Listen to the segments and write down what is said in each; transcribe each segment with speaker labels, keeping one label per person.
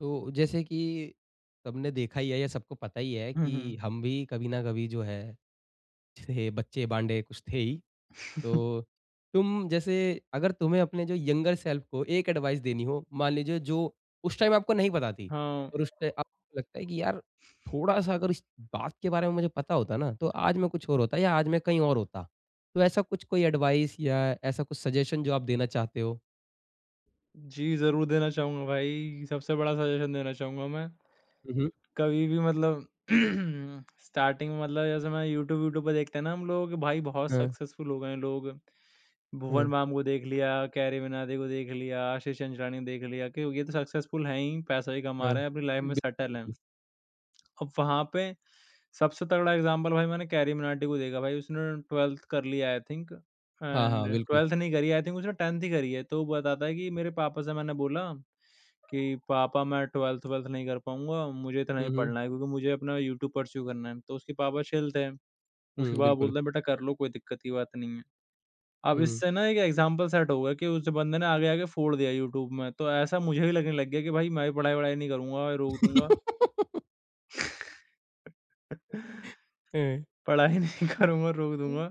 Speaker 1: तो जैसे कि सबने देखा ही है या सबको पता ही है
Speaker 2: हुँ,
Speaker 1: कि
Speaker 2: हुँ।
Speaker 1: हम भी कभी ना कभी जो है थे बच्चे बांडे कुछ थे ही। तो तुम जैसे अगर तुम्हें अपने जो यंगर सेल्फ को एक एडवाइस देनी हो, मान लीजिए जो उस टाइम आपको नहीं पता थी
Speaker 2: हाँ,
Speaker 1: और उस टाइम आपको लगता है कि यार थोड़ा-सा अगर इस बात के बारे में मुझे पता होता ना तो आज मैं कुछ और होता या आज मैं कहीं और होता। तो ऐसा कुछ कोई एडवाइस या ऐसा कुछ सजेशन जो आप देना चाहते हो?
Speaker 2: जी, ज़रूर देना चाहूँगा भाई, सबसे बड़ा सजेशन देना चाहूँगा मैं।
Speaker 1: हुँ, हुँ।
Speaker 2: कभी भी मतलब स्टार्टिंग में मतलब जैसे मैं यूट्यूब यूट्यूब पे देखते हैं ना हम लोग भाई बहुत
Speaker 1: हाँ,
Speaker 2: सक्सेसफुल हो गए हैं लोग।
Speaker 1: हाँ,
Speaker 2: भुवन बाम को देख लिया, कैरी मिनाटी को देख लिया, आशीष चंचलानी को देख लिया कि ये तो सक्सेसफुल हैं ही, पैसा ही कमा
Speaker 1: हाँ।
Speaker 2: रहे हैं, अपनी लाइफ़ में
Speaker 1: बिल्कुल,
Speaker 2: सेटल हैं।
Speaker 1: बिल्कुल।
Speaker 2: अब वहाँ पे सबसे तगड़ा एग्ज़ाम्पल भाई मैंने कैरी मनाटी को देखा भाई उसने 12th कर ली आई थिंक
Speaker 1: हाँ,
Speaker 2: एंड
Speaker 1: हाँ, बिल्कुल।
Speaker 2: 12th नहीं करी आई थिंक उसने 10th ही करी है। तो वो बताता है कि मेरे पापा से मैंने बोला कि पापा मैं 12th-12th नहीं कर पाऊँगा, मुझे इतना
Speaker 1: हुँ,
Speaker 2: ही
Speaker 1: हुँ।
Speaker 2: पढ़ना है क्योंकि मुझे अपना यूट्यूब परस्यू करना है। तो उसके पापा चिल थे, उसके
Speaker 1: हुँ,
Speaker 2: पापा
Speaker 1: बिल्कुल।
Speaker 2: बोलते हैं बेटा कर लो कोई दिक्कत की बात नहीं है। अब
Speaker 1: हुँ।
Speaker 2: इससे ना एक एग्ज़ाम्पल सेट हो गया कि उस बंदे ने आगे-आगे फोड़ दिया यूट्यूब में, तो ऐसा मुझे भी लगने लग गया कि भाई मैं भी पढ़ाई-वढ़ाई नहीं करूँगा, रोक दूँगा।
Speaker 1: हैं,
Speaker 2: पढ़ाई नहीं करूँगा, रोक
Speaker 1: हुँ,
Speaker 2: दूँगा,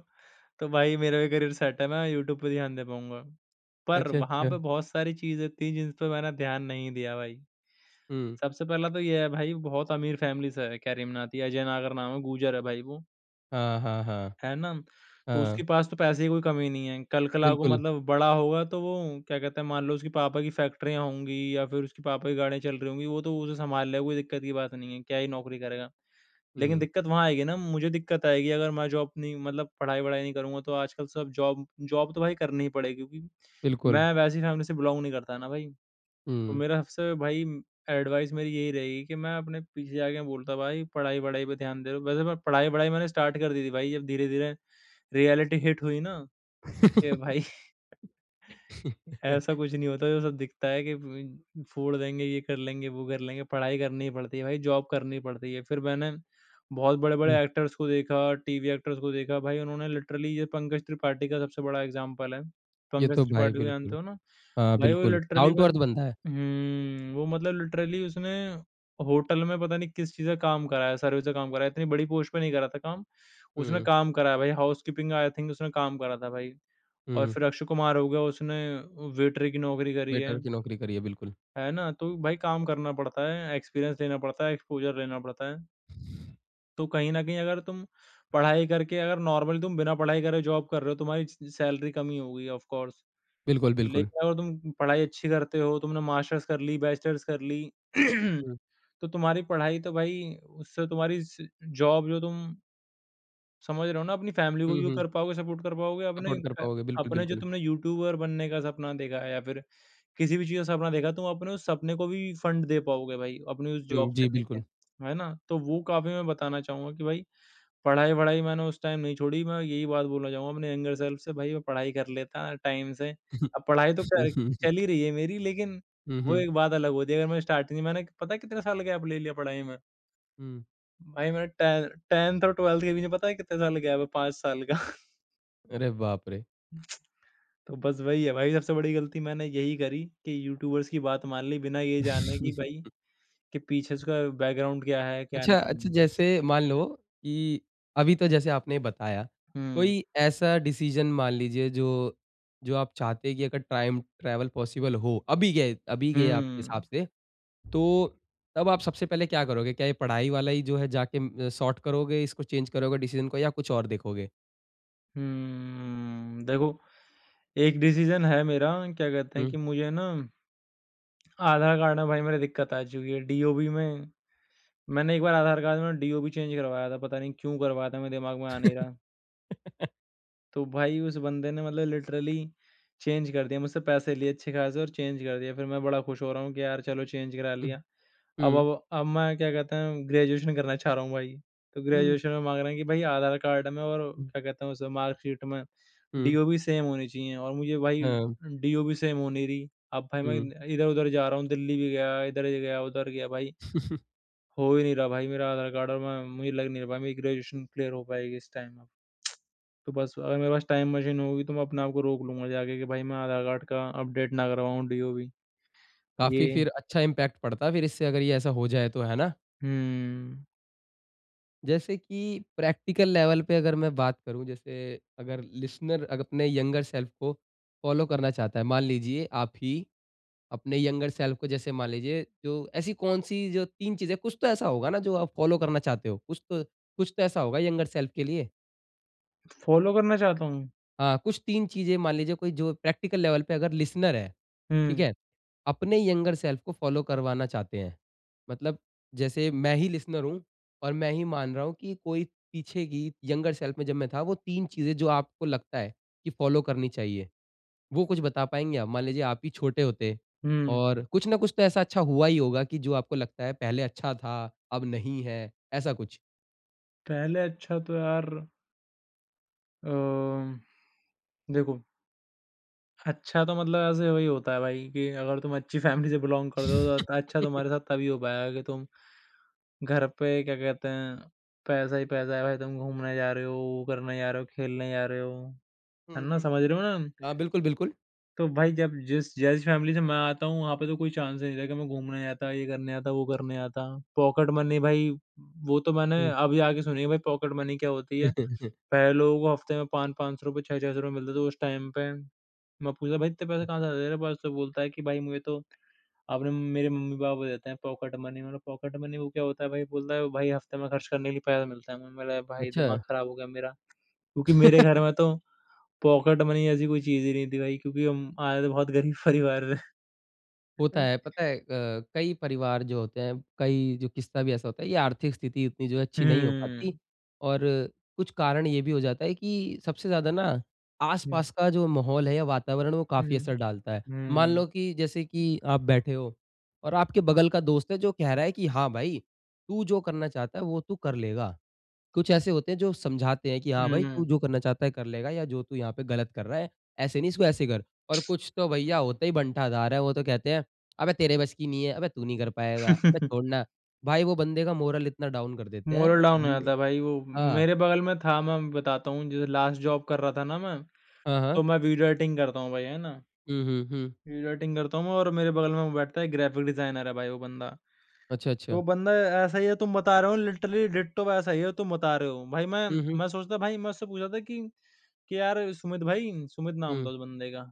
Speaker 2: तो भाई मेरा भी करियर सेट है, मैं यूट्यूब पे ध्यान दे पाऊँगा। पर
Speaker 1: अच्छा,
Speaker 2: वहाँ
Speaker 1: अच्छा।
Speaker 2: पे बहुत सारी चीज़ें थी जिन पे मैंने ध्यान नहीं दिया भाई।
Speaker 1: हुँ।
Speaker 2: सबसे पहला तो ये है भाई बहुत अमीर फैमिली से है, क्या रेमनाथ, या अजय नागर नाम है, गूजर है भाई वो।
Speaker 1: हाँ, हाँ, हाँ।
Speaker 2: है ना? तो
Speaker 1: हाँ,
Speaker 2: उसके पास तो पैसे की कोई कमी नहीं है। कल-कल आपको
Speaker 1: बिल्कुल।
Speaker 2: मतलब बड़ा होगा तो वो क्या कहते हैं मान लो उसके पापा की फैक्ट्रियाँ होंगी या फिर उसके पापा की गाड़ियाँ चल रही होंगी, वो तो उसे सँभाल लेगा, कोई दिक्कत की बात नहीं है, क्या ही नौकरी करेगा। लेकिन
Speaker 1: हुँ,
Speaker 2: दिक्कत वहाँ आएगी ना, मुझे दिक्कत आएगी अगर मैं जॉब नहीं मतलब पढ़ाई-वढ़ाई नहीं करूँगा तो आजकल सब जॉब जॉब तो भाई करनी ही पड़ेगी क्योंकि
Speaker 1: बिल्कुल।
Speaker 2: मैं वैसी फैमिली से बिलॉन्ग नहीं करता ना भाई। तो
Speaker 1: हुँ।
Speaker 2: मेरा सबसे भाई एडवाइस मेरी यही रहेगी कि मैं अपने पीछे जाके बोलता भाई पढ़ाई-वढ़ाई पे ध्यान दे रहे हो। वैसे मैं पढ़ाई-वढ़ाई मैंने स्टार्ट कर दी थी भाई जब धीरे-धीरे रियलिटी हिट हुई ना, ए भाई ऐसा कुछ नहीं होता, जो सब दिखता है कि ब फोड़ देंगे, ये कर लेंगे, वो कर लेंगे, पढ़ाई करनी पड़ती है भाई, जॉब करनी पड़ती है। फिर मैंने बहुत
Speaker 1: हुँ,
Speaker 2: बड़े-बड़े एक्टर्स को देखा, टीवी एक्टर्स को देखा, भाई उन्होंने लिटरली ये पंकज त्रिपाठी का सबसे बड़ा एग्ज़ाम्पल है।
Speaker 1: ये
Speaker 2: पंकज
Speaker 1: तो भाई
Speaker 2: त्रिपाठी को जानते
Speaker 1: बिल्कुल।
Speaker 2: हो ना?
Speaker 1: हाँ,
Speaker 2: भाई वो
Speaker 1: बिल्कुल।
Speaker 2: लिटरली
Speaker 1: डाउन टू अर्थ
Speaker 2: बन
Speaker 1: बंदा है।
Speaker 2: हुँ, वो मतलब लिटरली उसने होटल में पता नहीं किस चीज़ का काम कराया, सर्विस का काम कराया, इतनी बड़ी पोस्ट पे नहीं करा था काम, उसने
Speaker 1: हुँ,
Speaker 2: काम कराया भाई, हाउसकीपिंग आई थिंक उसने काम करा था भाई। और
Speaker 1: हुँ।
Speaker 2: फिर अक्षय कुमार हो गया उसने वेटर की नौकरी करी
Speaker 1: वेटर की नौकरी करी है, बिल्कुल।
Speaker 2: है ना? तो भाई काम करना पड़ता है, एक्सपीरियंस लेना पड़ता है, एक्सपोज़र लेना पड़ता है। तो कहीं न कहीं अगर तुम पढ़ाई करके अगर नॉर्मली तुम बिना पढ़ाई करे जॉब कर रहे हो, तुम्हारी स सैलरी कम ही होगी ऑफ़ कोर्स।
Speaker 1: बिल्कुल, बिल्कुल।
Speaker 2: लेकिन अगर तुम पढ़ाई अच्छी करते हो, तुमने मास्टर्स कर ली, बैचलर्स कर ली,
Speaker 1: हुँ,
Speaker 2: तो तुम्हारी पढ़ाई तो भाई उससे तुम्हारी स जॉब जो तुम समझ रहे हो ना, अपनी फैमिली को
Speaker 1: हुँ,
Speaker 2: भी
Speaker 1: हुँ।
Speaker 2: कर पाओगे, सपोर्ट कर पाओगे, अपने
Speaker 1: सपोर्ट कर
Speaker 2: क
Speaker 1: पाओगे, बिल्कुल,
Speaker 2: अपने जो
Speaker 1: बिल्कुल।
Speaker 2: तुमने यूट्यूबर बनने का सपना देखा है या फिर किसी भी चीज़ का सपना देखा तुम अपने उस सपने को भी फंड दे पाओगे भाई, अपनी उस जॉब
Speaker 1: हुँ,
Speaker 2: से
Speaker 1: जी,
Speaker 2: लेके,
Speaker 1: बिल्कुल।
Speaker 2: है ना? तो वो काफ़ी मैं बताना चाहूँगा कि भाई पढ़ाई-वढ़ाई मैंने उस टाइम नहीं छोड़ी, मैं यही बात बोलना चाहूँगा अपने यंगर सेल्फ से भाई मैं पढ़ाई कर लेता टाइम से। अब पढ़ाई तो
Speaker 1: हुँ,
Speaker 2: क
Speaker 1: हुँ,
Speaker 2: चल ही रही है मेरी लेकिन
Speaker 1: हुँ,
Speaker 2: वो
Speaker 1: हुँ,
Speaker 2: एक बात अलग होती है अगर मैं स्टार्टिंग मैंने पता है कितने साल गैप ले लिया पढ़ाई में?
Speaker 1: हुँ।
Speaker 2: भाई मैंने टे 10th और 12th के बीच में पता है कितने साल गैप है 5 साल का।
Speaker 1: अरे बाप रे!
Speaker 2: तो बस वही है भाई सबसे बड़ी गलती मैंने यही करी कि यूट्यूबर्स की बात मान ली बिना ये जाने कि भाई कि पीछे उसका बैकग्राउंड क्या है, क्या
Speaker 1: अच्छा
Speaker 2: नहीं है,
Speaker 1: अच्छा,
Speaker 2: बस।
Speaker 1: जैसे मान लो कि अभी तो जैसे आपने बताया,
Speaker 2: हुँ,
Speaker 1: कोई ऐसा डिसीज़न मान लीजिए जो जो आप चाहते हैं कि अगर टाइम ट्रैवल पॉसिबल हो, अभी गए अभी
Speaker 2: हुँ,
Speaker 1: गए आपके हिसाब से, तो तब आप सबसे पहले क्या करोगे? क्या ये पढ़ाई वाला ही जो है जाके म सॉर्ट करोगे, इसको चेंज करोगे डिसीज़न को या कुछ और देखोगे?
Speaker 2: हुँ। देखो, एक डिसीज़न है मेरा क्या कहते हैं
Speaker 1: हुँ।
Speaker 2: कि मुझे ना आधार कार्ड में भाई मेरी दिक्कत आ चुकी है। डीओबी में मैंने एक बार आधार कार्ड में डीओबी चेंज करवाया था, पता नहीं क्यों करवाया था, मेरे दिमाग में आ नहीं रहा। तो भाई उस बंदे ने मतलब लिटरली चेंज कर दिया, मुझसे पैसे लिए अच्छे खासे और चेंज कर दिया। फिर मैं बड़ा खुश हो रहा हूँ कि यार चलो चेंज करा
Speaker 1: हुँ,
Speaker 2: लिया। अब
Speaker 1: हुँ,
Speaker 2: अब अब मैं क्या कहते हैं ग्रेजुएशन करना चाह रहा हूँ भाई, तो
Speaker 1: हुँ,
Speaker 2: ग्रेजुएशन में माँग रहे हैं कि भाई आधार कार्ड में और
Speaker 1: हुँ,
Speaker 2: क्या कहते हैं उसे मार्कशीट में
Speaker 1: हुँ,
Speaker 2: डीओ भी सेम होनी चाहिए और मुझे भाई
Speaker 1: हाँ,
Speaker 2: डीओ भी सेम हो नहीं रही। अब भाई मैं
Speaker 1: हुँ।
Speaker 2: इधर-उधर जा रहा हूँ, दिल्ली भी गया, इधर गया, उधर गया भाई, हो ही नहीं रहा भाई मेरा आधार कार्ड और मैं मुझे लग नहीं रहा भाई मेरी ग्रेजुएशन क्लियर हो पाएगी इस टाइम अब। तो बस अगर मेरे पास टाइम मशीन होगी तो मैं अपने आप को रोक लूँगा जाके कि भाई मैं आधार कार्ड का अपडेट ना करवाऊँ डीओ भी।
Speaker 1: काफ़ी
Speaker 2: ये
Speaker 1: फिर अच्छा इम्पैक्ट पड़ता है फिर इससे अगर ये ऐसा हो जाए तो, है ना?
Speaker 2: हुँ,
Speaker 1: जैसे कि प्रैक्टिकल लेवल पे अगर मैं बात करूँ, जैसे अगर लिसनर अग अपने यंगर सेल्फ को फ़ॉलो करना चाहता है, मान लीजिए आप ही अपने यंगर सेल्फ को जैसे मान लीजिए जो ऐसी कौन-सी जो 3 चीज़ें कुछ तो ऐसा होगा ना जो आप फ़ॉलो करना चाहते हो? कुछ तो ऐसा होगा यंगर सेल्फ के लिए?
Speaker 2: फॉलो करना चाहता हूँ।
Speaker 1: हाँ, कुछ 3 चीज़ें मान लीजिए कोई जो प्रैक्टिकल लेवल पे अगर लिसनर है, ठीक
Speaker 2: हुँ।
Speaker 1: है? अपने यंगर सेल्फ को फॉलो करवाना चाहते हैं। मतलब जैसे मैं ही लिसनर हूँ और मैं ही मान रहा हूँ कि कोई पीछे की यंगर सेल्फ में जब मैं था वो 3 चीज़ें जो आपको लगता है कि फॉलो करनी चाहिए, वो कुछ बता पाएँगे आप? मान लीजिए आप ही छोटे होते
Speaker 2: हुँ,
Speaker 1: और कुछ ना कुछ तो ऐसा अच्छा हुआ ही होगा कि जो आपको लगता है पहले अच्छा था, अब नहीं है, ऐसा कुछ?
Speaker 2: पहले अच्छा तो यार अ, देखो अच्छा तो मतलब ऐसे वही होता है भाई कि अगर तुम अच्छी फैमिली से बिलॉन्ग करते हो तो अच्छा तुम्हारे साथ तभी हो पाएगा कि तुम घर पे क्या कहते हैं पैसा ही पैसा है भाई तुम घूमने जा रहे हो, वो करने जा रहे हो, खेलने जा रहे हो। है
Speaker 1: हुँ,
Speaker 2: ना?
Speaker 1: हुँ।
Speaker 2: समझ रहे हो ना?
Speaker 1: हाँ, बिल्कुल, बिल्कुल।
Speaker 2: तो भाई जब जिस जैसी फैमिली से मैं आता हूँ वहाँ पे तो कोई चांस ही नहीं था कि मैं घूमने जाता, ये करने जाता, वो करने जाता। पॉकेट मनी भाई वो तो मैंने
Speaker 1: हुँ।
Speaker 2: अभी आके सुनी है भाई पॉकेट मनी क्या होती है। पहले लोगों को हफ्ते में 500-500 ₹600-600 मिलते थे उस टाइम पे। मैं पूछा भाई इतने पैसे कहाँ से आ रहे हैं बस तो बोलता है कि भाई मुझे तो आपने मेरे मम्मी-पापा देते हैं पॉकेट मनी। मैंने पॉकेट मनी वो क्या होता है भाई? बोलता है भाई हफ्ते में खर्च करने के लिए पैसा मिलता है। मैंने बोला भाई
Speaker 1: अच्छा।
Speaker 2: दिमाग खराब हो गया मेरा। क्योंकि मेरे घर में तो पॉकेट मनी ऐसी कोई चीज़ ही नहीं थी भाई क्योंकि हम आए तो बहुत गरीब परिवार से।
Speaker 1: होता है, पता है अ, कई परिवार जो होते हैं, कई जो किस्सा भी ऐसा होता है, ये आर्थिक स्थिति इतनी जो है अच्छी नहीं हो
Speaker 2: हुँ,
Speaker 1: पाती और कुछ कारण ये भी हो जाता है कि सबसे ज़्यादा ना,
Speaker 2: हुँ,
Speaker 1: आस-पास का जो माहौल है या वातावरण वो काफ़ी
Speaker 2: हुँ,
Speaker 1: असर डालता है। मान
Speaker 2: हुँ,
Speaker 1: लो कि जैसे कि आप बैठे हो और आपके बगल का दोस्त है जो कह रहा है कि हाँ भाई, तू जो करना चाहता है वो तू कर लेगा। कुछ ऐसे होते हैं जो समझाते हैं कि हाँ भाई तू
Speaker 2: हुँ।
Speaker 1: जो करना चाहता है कर लेगा या जो तू यहाँ पे गलत कर रहा है ऐसे नहीं इसको ऐसे कर और कुछ तो भैया होते ही बंठाधार है, वो तो कहते हैं अबे तेरे बस की नहीं है, अबे तू नहीं कर पाएगा, अबे छोड़ना भाई। वो बंदे का मोरल इतना डाउन कर देते हैं
Speaker 2: मोरल
Speaker 1: तो
Speaker 2: डाउन हो
Speaker 1: बंदे।
Speaker 2: जाता है भाई वो।
Speaker 1: हाँ,
Speaker 2: मेरे बगल में था मैं बताता हूँ जैसे लास्ट जॉब कर रहा था ना मैं
Speaker 1: हाँ, हाँ,
Speaker 2: तो मैं वीडियो एडिटिंग करता हूँ भाई, है ना?
Speaker 1: हुँ, हुँ, हुँ,
Speaker 2: वीडियो एडिटिंग करता हूँ मैं और मेरे बगल में वो बैठता है ग्राफिक डिज़ाइनर है भाई वो बंदा।
Speaker 1: अच्छा
Speaker 2: तो
Speaker 1: अच्छा,
Speaker 2: वो बंदा ऐसा ही है तुम बता रहे हो लिटरली डिट्टो वैसा ही है तुम बता रहे हो। भाई मैं
Speaker 1: हुँ, हुँ,
Speaker 2: मैं सोचता भाई मैं उससे पूछा था कि यार सुमित भाई, सुमित नाम
Speaker 1: हुँ,
Speaker 2: था उस बंदे का।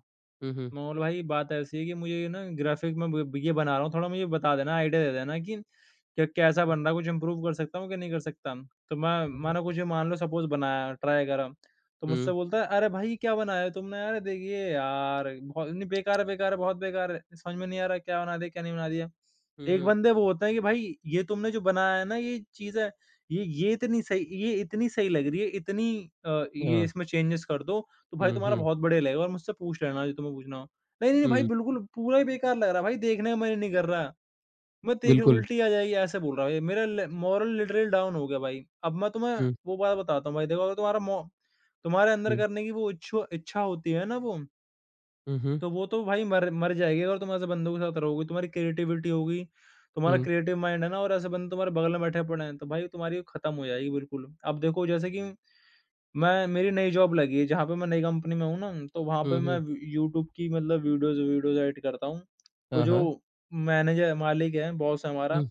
Speaker 1: हुँ, हुँ,
Speaker 2: मोल भाई बात ऐसी है कि मुझे ना ग्राफिक में ब ये बना रहा हूँ, थोड़ा मुझे बता देना, आइडिया दे देना कि क्या कैसा
Speaker 1: हुँ,
Speaker 2: बन रहा है? कुछ इम्प्रूव कर सकता हूँ कि नहीं कर सकता? तो मैं मानो कुछ मान लो सपोज़ बनाया, ट्राई करा, तो
Speaker 1: हुँ,
Speaker 2: मुझसे बोलता है, "अरे भाई! ये क्या बनाया है तुमने? अरे देखिए यार, बहुत नहीं बेकार है बेकार है, बहुत बेकार है। समझ में नहीं आ रहा क्या बना दिया, क्या नहीं बना दिया।"
Speaker 1: हुँ,
Speaker 2: एक
Speaker 1: हुँ,
Speaker 2: बंदे वो होते हैं कि भाई ये तुमने जो बनाया है ना ये चीज़ है, ये इतनी सही ये इतनी सही लग रही है, इतनी ये
Speaker 1: हाँ,
Speaker 2: इसमें चेंजेस कर दो तो भाई
Speaker 1: हुँ,
Speaker 2: तुम्हारा
Speaker 1: हुँ,
Speaker 2: बहुत बढ़िया लगेगा और मुझसे पूछ लेना जो तुम्हें पूछना हो। नहीं, नहीं, नहीं भाई
Speaker 1: हुँ,
Speaker 2: बिल्कुल पूरा ही बेकार लग रहा है भाई देखने का मन ही नहीं कर रहा। मैं देख
Speaker 1: बिल्कुल,
Speaker 2: उल्टी आ जाएगी ऐसे बोल रहा है ये मेरा ल मॉरल लिटरली डाउन हो गया भाई। अब मैं तुम्हें
Speaker 1: हुँ,
Speaker 2: वो बात बताता हूँ भाई देखो अगर तुम्हारा मो तुम्हारे अंदर
Speaker 1: हुँ,
Speaker 2: करने की वो इच्छु इच्छा होती है ना
Speaker 1: हुँ, हुँ,
Speaker 2: वो तो भाई मर मर जाएगी अगर तुम ऐसे बंदों के साथ रहोगे। तुम्हारी क्रिएटिविटी होगी, तुम्हारा
Speaker 1: हुँ,
Speaker 2: क्रिएटिव माइंड है ना और ऐसे बंदे तुम्हारे बगल में बैठे पड़े हैं, तो भाई तुम्हारी खत्म हो जाएगी बिल्कुल। अब देखो जैसे कि मैं मेरी नई जॉब लगी है जहाँ पे मैं नई कंपनी में हूँ ना, तो वहाँ
Speaker 1: हुँ,
Speaker 2: पे मैं
Speaker 1: हुँ,
Speaker 2: वी यूट्यूब की मतलब वीडियोज़ वीडियोज़ एडिट करता हूँ। तो
Speaker 1: हाँ,
Speaker 2: जो
Speaker 1: हाँ,
Speaker 2: मैनेजर मालिक है, बॉस है
Speaker 1: हुँ,
Speaker 2: हमारा,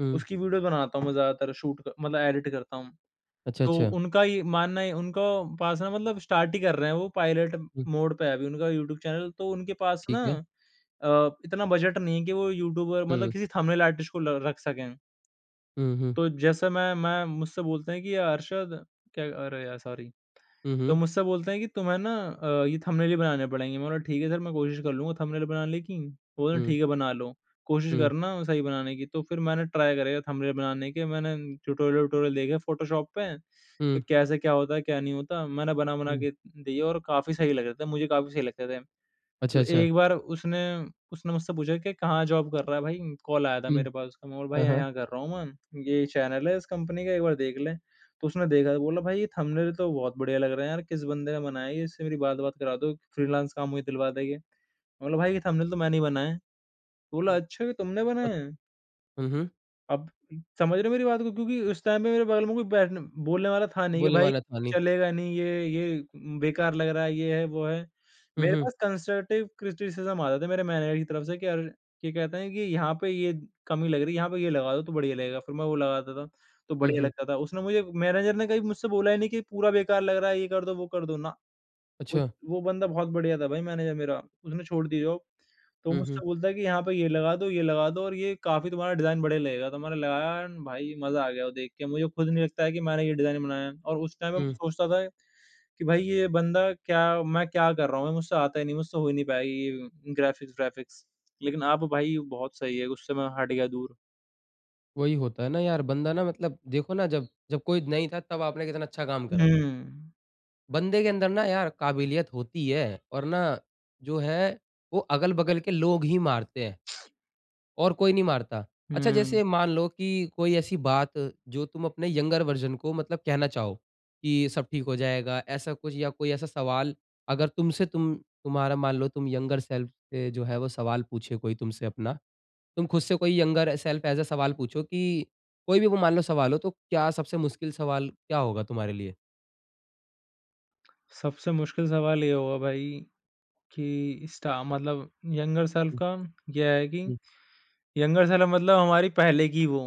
Speaker 1: हुँ,
Speaker 2: उसकी वीडियो बनाता हूँ मैं ज़्यादातर शूट क मतलब एडिट करता हूँ।
Speaker 1: अच्छा
Speaker 2: तो
Speaker 1: अच्छा,
Speaker 2: उनका ये मानना है उनका पास ना मतलब स्टार्ट ही कर रहे हैं वो पायलट
Speaker 1: हुँ,
Speaker 2: मोड पे है अभी उनका यूट्यूब चैनल। तो उनके पास ना
Speaker 1: ठीक है।
Speaker 2: इतना बजट नहीं है कि वो यूट्यूबर मतलब
Speaker 1: हुँ।
Speaker 2: किसी थंबनेल आर्टिस्ट को ल रख सकें।
Speaker 1: हुँ, हुँ।
Speaker 2: तो जैसे मैं मुझसे बोलते हैं कि "यार, "अरशद" क्या अरे यार सॉरी।
Speaker 1: हुँ,
Speaker 2: तो
Speaker 1: हुँ।
Speaker 2: मुझसे बोलते हैं कि तुम्हें ना ये थंबनेल ही बनाने पड़ेंगे। मैं बोला ठीक है सर, मैं कोशिश कर लूँगा थंबनेल बनाने की। बोले
Speaker 1: हुँ,
Speaker 2: ठीक है बना लो, कोशिश
Speaker 1: हुँ,
Speaker 2: करना सही बनाने की। तो फिर मैंने ट्राई करा थंबनेल बनाने के, मैंने ट्यूटोरियल व्यूटोरियल देखे फ़ोटोशॉप पे
Speaker 1: हुँ,
Speaker 2: कि कैसे क्या होता है, क्या नहीं होता। मैंने बना-बना
Speaker 1: हुँ।
Speaker 2: के दिए और काफ़ी सही लग रहे थे, मुझे काफ़ी सही लगते थे।
Speaker 1: अच्छा,
Speaker 2: तो
Speaker 1: अच्छा।
Speaker 2: एक बार उसने उसने मुझसे पूछा कि कहाँ जॉब कर रहा है भाई? कॉल आया था
Speaker 1: हुँ।
Speaker 2: मेरे पास उसका। मैं बोला, भाई
Speaker 1: हाँ, हाँ।
Speaker 2: यहाँ-यहाँ कर रहा हूँ मैं, ये चैनल है इस कंपनी का, एक बार देख ले। तो उसने देखा तो बोला, भाई ये थंबनेल तो बहुत बढ़िया लग रहा है यार, किस बंदे ने बनाया है? इससे मेरी बात-वात करा दो, फ्रीलांस काम मुझे दिलवा देगा। मैं बोला, भाई ये थंबनेल तो मैंने ही बनाया है। तो बोला,
Speaker 1: हुँ,
Speaker 2: अच्छा ये तुमने
Speaker 1: अ,
Speaker 2: बनाया है?
Speaker 1: हुँ, हुँ।
Speaker 2: अब समझ रहे हो मेरी बात को? क्योंकि उस टाइम पे मेरे बगल में कोई बैठने बोलने वाला था नहीं कि
Speaker 1: बोलने
Speaker 2: भाई
Speaker 1: वाला था नहीं।
Speaker 2: चलेगा नहीं, ये बेकार लग रहा है, ये है, वो है।
Speaker 1: हुँ,
Speaker 2: मेरे
Speaker 1: हुँ।
Speaker 2: पास कंस्ट्रक्टिव क्रिटिसिज़्म आता था मेरे मैनेजर की तरफ से कि अरे ये कहते हैं कि यहाँ पे ये कमी लग रही है, यहाँ पे ये लगा दो तो बढ़िया लगेगा। फिर मैं वो लगाता था, तो
Speaker 1: हुँ,
Speaker 2: बढ़िया
Speaker 1: हुँ।
Speaker 2: लगता था। उसने मुझे मैनेजर ने कभी मुझसे बोला ही नहीं कि पूरा बेकार लग रहा है, ये कर दो, वो कर दो ना। वो
Speaker 1: अच्छा।
Speaker 2: वो बंदा बहुत बढ़िया था भाई, मैनेजर मेरा, उसने छोड़ दी जॉब। तो
Speaker 1: हुँ, हुँ,
Speaker 2: मुझसे बोलता है कि यहाँ पे ये लगा दो और ये, काफ़ी तुम्हारा डिज़ाइन बढ़िया लगेगा। तो मैंने लगाया एंड भाई, मज़ा आ गया वो देख के। मुझे खुद नहीं लगता है कि मैंने ये डिज़ाइन बनाया है। और उस टाइम पे मैं
Speaker 1: हुँ।
Speaker 2: सोचता था कि भाई ये बंदा क्या, मैं क्या कर रहा हूँ? ये मुझसे आता ही नहीं, मुझसे हो ही नहीं पाएगी ये ग्राफ़िक्स व्राफ़िक्स। लेकिन अब भाई बहुत सही है, उससे मैं हट गया दूर।
Speaker 1: वही होता है ना यार, बंदा ना मतलब देखो ना, जब जब कोई नहीं था तब आपने कितना अच्छा काम करा।
Speaker 2: हुँ।
Speaker 1: बंदे के अंदर ना यार काबिलियत होती है, और ना जो है, वो अगल-बगल के लोग ही मारते हैं। और कोई नहीं मारता। अच्छा
Speaker 2: हुँ।
Speaker 1: जैसे मान लो कि कोई ऐसी बात जो तुम अपने यंगर वर्ज़न को मतलब कहना चाहो, कि सब ठीक हो जाएगा ऐसा कुछ, या कोई ऐसा सवाल अगर तुमसे तुम तुम्हारा मान लो तुम यंगर सेल्फ से जो है वो सवाल पूछे कोई तुमसे अपना, तुम खुद से कोई यंगर सेल्फ ऐसा सवाल पूछो कि कोई भी वो मान लो सवाल हो, तो क्या सबसे मुश्किल सवाल क्या होगा तुम्हारे लिए?
Speaker 2: सबसे मुश्किल सवाल ये होगा भाई कि स्टा मतलब यंगर सेल्फ
Speaker 1: हुँ,
Speaker 2: का यह है कि
Speaker 1: हुँ।
Speaker 2: यंगर सेल्फ मतलब हमारी पहले की वो।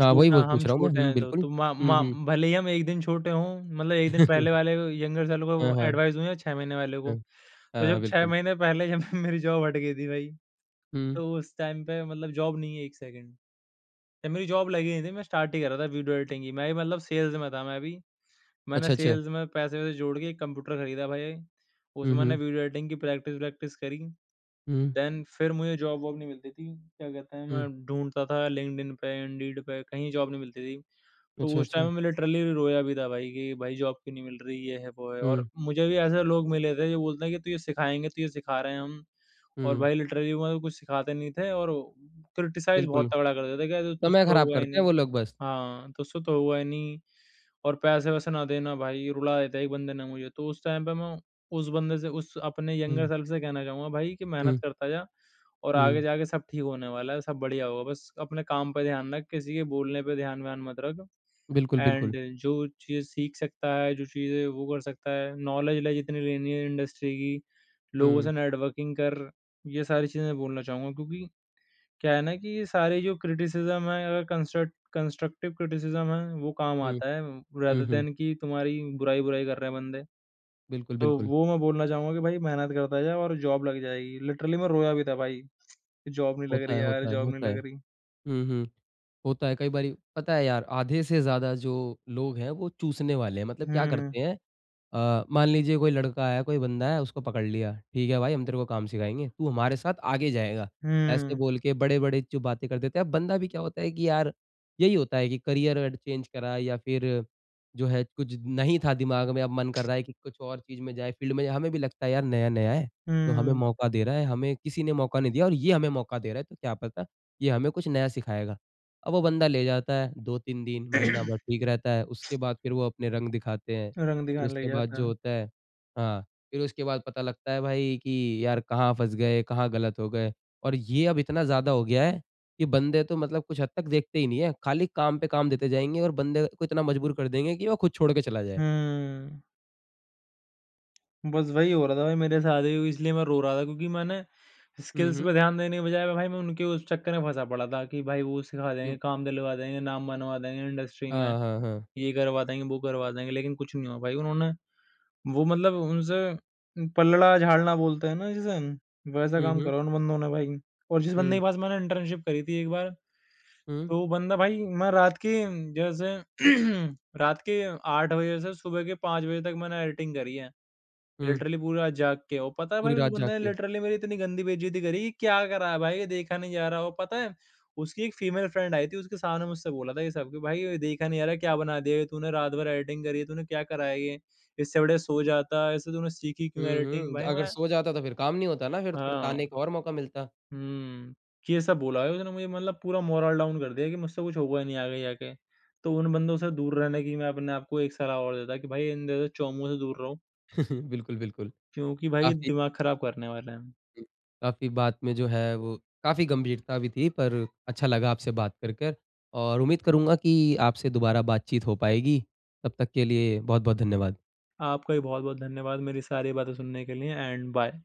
Speaker 1: हाँ, वही
Speaker 2: छोटा,
Speaker 1: वही
Speaker 2: हम
Speaker 1: पूछ रहा हूँ मैं।
Speaker 2: छोटे
Speaker 1: हुँ,
Speaker 2: हैं तो,
Speaker 1: बिल्कुल।
Speaker 2: माँ
Speaker 1: हुँ,
Speaker 2: माँ
Speaker 1: हुँ।
Speaker 2: भले ही हम 1 दिन छोटे हों, मतलब 1 दिन पहले वाले यंगर सेल
Speaker 1: हाँ,
Speaker 2: को
Speaker 1: हाँ,
Speaker 2: एडवाइस दूँ या 6 महीने वाले को।
Speaker 1: हाँ।
Speaker 2: तो
Speaker 1: हाँ,
Speaker 2: जब 6
Speaker 1: बिल्कुल।
Speaker 2: महीने पहले जब मेरी जॉब हट गई थी भाई,
Speaker 1: हुँ।
Speaker 2: तो उस टाइम पे मतलब जॉब नहीं है 1 सेकंड। जब मेरी जॉब लगी नहीं थी, मैं स्टार्ट ही कर रहा था वीडियो एडिटिंग की। मैं भी मतलब सेल्स में था मैं भी। मैंने
Speaker 1: अच्छा, अच्छा।
Speaker 2: सेल्स में पैसे-वैसे जोड़ के एक कंप्यूटर खरीदा भाई,
Speaker 1: हुँ,
Speaker 2: उसमें मैंने
Speaker 1: हुँ।
Speaker 2: वीडियो एडिटिंग की प्रैक्टिस-वैक्टिस करी।
Speaker 1: हुँ,
Speaker 2: देन फिर मुझे जॉब-वॉब नहीं मिलती थी, क्या कहते हैं,
Speaker 1: हुँ।
Speaker 2: मैं ढूँढता था लिंक्डइन पे, इंडीड पे, कहीं जॉब नहीं मिलती थी। तो
Speaker 1: अच्छा,
Speaker 2: उस
Speaker 1: अच्छा।
Speaker 2: टाइम में लिटरली रोया भी था भाई कि भाई जॉब क्यों नहीं मिल रही, ये है, वो है। और
Speaker 1: हुँ,
Speaker 2: मुझे भी ऐसे लोग मिले थे जो बोलते हैं कि तुझे सिखाएँगे, तुझे सिखा रहे हैं हम, और
Speaker 1: हुँ,
Speaker 2: भाई लिटरली वो मतलब कुछ सिखाते नहीं थे और क्रिटिसाइज़ बहुत
Speaker 1: बिल्कुल,
Speaker 2: तगड़ा करते थे, कहते तुझसे
Speaker 1: समय
Speaker 2: तो
Speaker 1: खराब
Speaker 2: होगा ही
Speaker 1: करते हैं
Speaker 2: नहीं।
Speaker 1: वो लोग बस।
Speaker 2: हाँ, तुझसे तो होगा ही नहीं। और पैसे-वैसे ना देना भाई, रुला देता एक बंदे ने मुझे। तो उस टाइम पे मैं उस बंदे से, उस अपने यंगर
Speaker 1: हुँ,
Speaker 2: सेल्फ से कहना चाहूँगा भाई कि
Speaker 1: हुँ,
Speaker 2: मेहनत करता जा और आगे
Speaker 1: हुँ,
Speaker 2: जाके सब ठीक होने वाला है, सब बढ़िया होगा, बस अपने काम पे ध्यान रख, किसी के बोलने पे ध्यान-व्यान मत रख।
Speaker 1: बिल्कुल, बिल्कुल।
Speaker 2: एंड जो चीज़ सीख सकता है, जो चीज़ें वो कर सकता है, नॉलेज ले जितनी लेनी है इंडस्ट्री की, लोगों
Speaker 1: हुँ,
Speaker 2: से नेटवर्किंग कर, ये सारी चीज़ें मैं बोलना चाहूँगा क्योंकि क्या है ना कि ये सारे जो क्रिटिसिज़्म है, अगर कंस्ट्रक्टिव क्रिटिसिज़्म है, वो काम
Speaker 1: हुँ,
Speaker 2: आता है,
Speaker 1: हुँ,
Speaker 2: रादर
Speaker 1: हुँ,
Speaker 2: दैन कि तुम्हारी बुराई-बुराई कर रहे हैं बंदे।
Speaker 1: बिल्कुल,
Speaker 2: तो
Speaker 1: बिल्कुल।
Speaker 2: वो मैं बोलना चाहूँगा कि भाई मेहनत करता जा और जॉब लग जाएगी। लिटरली मैं रोया भी था भाई, जॉब नहीं लग
Speaker 1: होता
Speaker 2: रही
Speaker 1: है,
Speaker 2: यार,
Speaker 1: होता है,
Speaker 2: जॉब नहीं
Speaker 1: होता है।
Speaker 2: लग रही।
Speaker 1: हुँ, हुँ। होता है कई बारी, पता है यार, आधे से ज़्यादा जो लोग हैं वो चूसने वाले हैं। मतलब क्या
Speaker 2: हुँ,
Speaker 1: करते हैं, अ, मान लीजिए कोई लड़का है, कोई बंदा है, उसको पकड़ लिया, ठीक है भाई हम तेरे को काम सिखाएँगे, तू हमारे साथ आगे जाएगा। ऐसे
Speaker 2: हुँ,
Speaker 1: बोल के बड़े-बड़े जो बातें कर देते हैं। अब बंदा भी क्या होता है कि यार, यही होता है कि करियर अगर चेंज करा या फिर जो है कुछ नहीं था दिमाग में, अब मन कर रहा है कि कुछ और चीज़ में जाए, फील्ड में जाए। हमें भी लगता है यार नया-नया है, तो हमें
Speaker 2: हुँ,
Speaker 1: मौका दे रहा है, हमें किसी ने मौका नहीं दिया और ये हमें मौका दे रहा है, तो क्या पता ये हमें कुछ नया सिखाएगा। अब वो बंदा ले जाता है, 2-3 दिन, महीना भर ठीक रहता है, उसके बाद फिर वो अपने रंग दिखाते हैं।
Speaker 2: रंग
Speaker 1: फिर
Speaker 2: दिखाने लग
Speaker 1: उसके बाद
Speaker 2: जाता
Speaker 1: जो
Speaker 2: है।
Speaker 1: होता है, हाँ, फिर उसके बाद पता लगता है भाई कि यार कहाँ फँस गए, कहाँ गलत हो गए। और ये अब इतना ज़्यादा हो गया है कि बंदे तो मतलब कुछ हद तक देखते ही नहीं है, खाली काम पे काम देते जाएँगे और बंदे को इतना मजबूर कर देंगे कि वो खुद छोड़ के चला जाए।
Speaker 2: हुँ। बस वही हो रहा था भाई मेरे साथ ही, इसलिए मैं रो रहा था, क्योंकि मैंने
Speaker 1: हुँ,
Speaker 2: स्किल्स
Speaker 1: हुँ।
Speaker 2: पे ध्यान देने के बजाय भाई मैं उनके उस चक्कर में फंसा पड़ा था कि भाई वो सिखा
Speaker 1: यू
Speaker 2: देंगे, काम दिलवा देंगे, नाम बनवा देंगे इंडस्ट्री में,
Speaker 1: हाँ, हाँ, हाँ।
Speaker 2: ये करवा देंगे, वो करवा देंगे, लेकिन कुछ नहीं हुआ भाई, उन्होंने वो मतलब उनसे पल्लड़ा झाड़ना बोलते हैं ना जिसे, वैसा
Speaker 1: हुँ,
Speaker 2: काम
Speaker 1: हुँ।
Speaker 2: करा उन बंदों ने भाई। और जिस बंदे
Speaker 1: हुँ,
Speaker 2: के पास मैंने इंटर्नशिप करी थी एक बार,
Speaker 1: हुँ,
Speaker 2: तो वो बंदा भाई, मैं रात के जैसे रात के 8 बजे से सुबह के 5 बजे तक मैंने एडिटिंग करी है।
Speaker 1: हुँ।
Speaker 2: लिटरली पूरा जाग के। और पता है
Speaker 1: पूरी
Speaker 2: भाई, उस
Speaker 1: रात जाग
Speaker 2: बंदे ने
Speaker 1: के।
Speaker 2: लिटरली मेरी इतनी गंदी बेइज्जती करी कि क्या करा है भाई, ये देखा नहीं जा रहा। और पता है, उसकी एक फीमेल फ्रेंड आई थी, उसके सामने मुझसे बोला था ये सब, कि भाई ये देखा नहीं जा रहा, क्या बना दिया ये तूने, रात भर एडिटिंग करी है तूने, क्या करा है ये, इससे बड़े सो जाता, इससे तूने सीखी क्यों
Speaker 1: हुँ,
Speaker 2: एडिटिंग
Speaker 1: हुँ। तो
Speaker 2: भाई,
Speaker 1: अगर
Speaker 2: मैं
Speaker 1: सो जाता तो फिर काम नहीं होता ना, फिर
Speaker 2: हाँ
Speaker 1: ताने का और मौका मिलता।
Speaker 2: हम्म। कि ये सब बोला है उसने मुझे, मतलब पूरा मोरल डाउन कर दिया कि मुझसे कुछ होगा ही नहीं आगे जाके। तो उन बंदों से दूर रहने की मैं अपने आप को एक सलाह और देता कि भाई इन जैसे चौमों से दूर रहो,
Speaker 1: बिल्कुल, बिल्कुल।
Speaker 2: क्योंकि भाई ये
Speaker 1: काफ़ी
Speaker 2: दिमाग खराब करने वाले हैं।
Speaker 1: काफ़ी बात में जो है वो काफ़ी गंभीरता भी थी, पर अच्छा लगा आपसे बात कर कर, और उम्मीद करूँगा कि आपसे दोबारा बातचीत हो पाएगी। तब तक के लिए बहुत-बहुत धन्यवाद।
Speaker 2: आपका भी बहुत-बहुत धन्यवाद मेरी सारी बातें सुनने के लिए एंड बाय।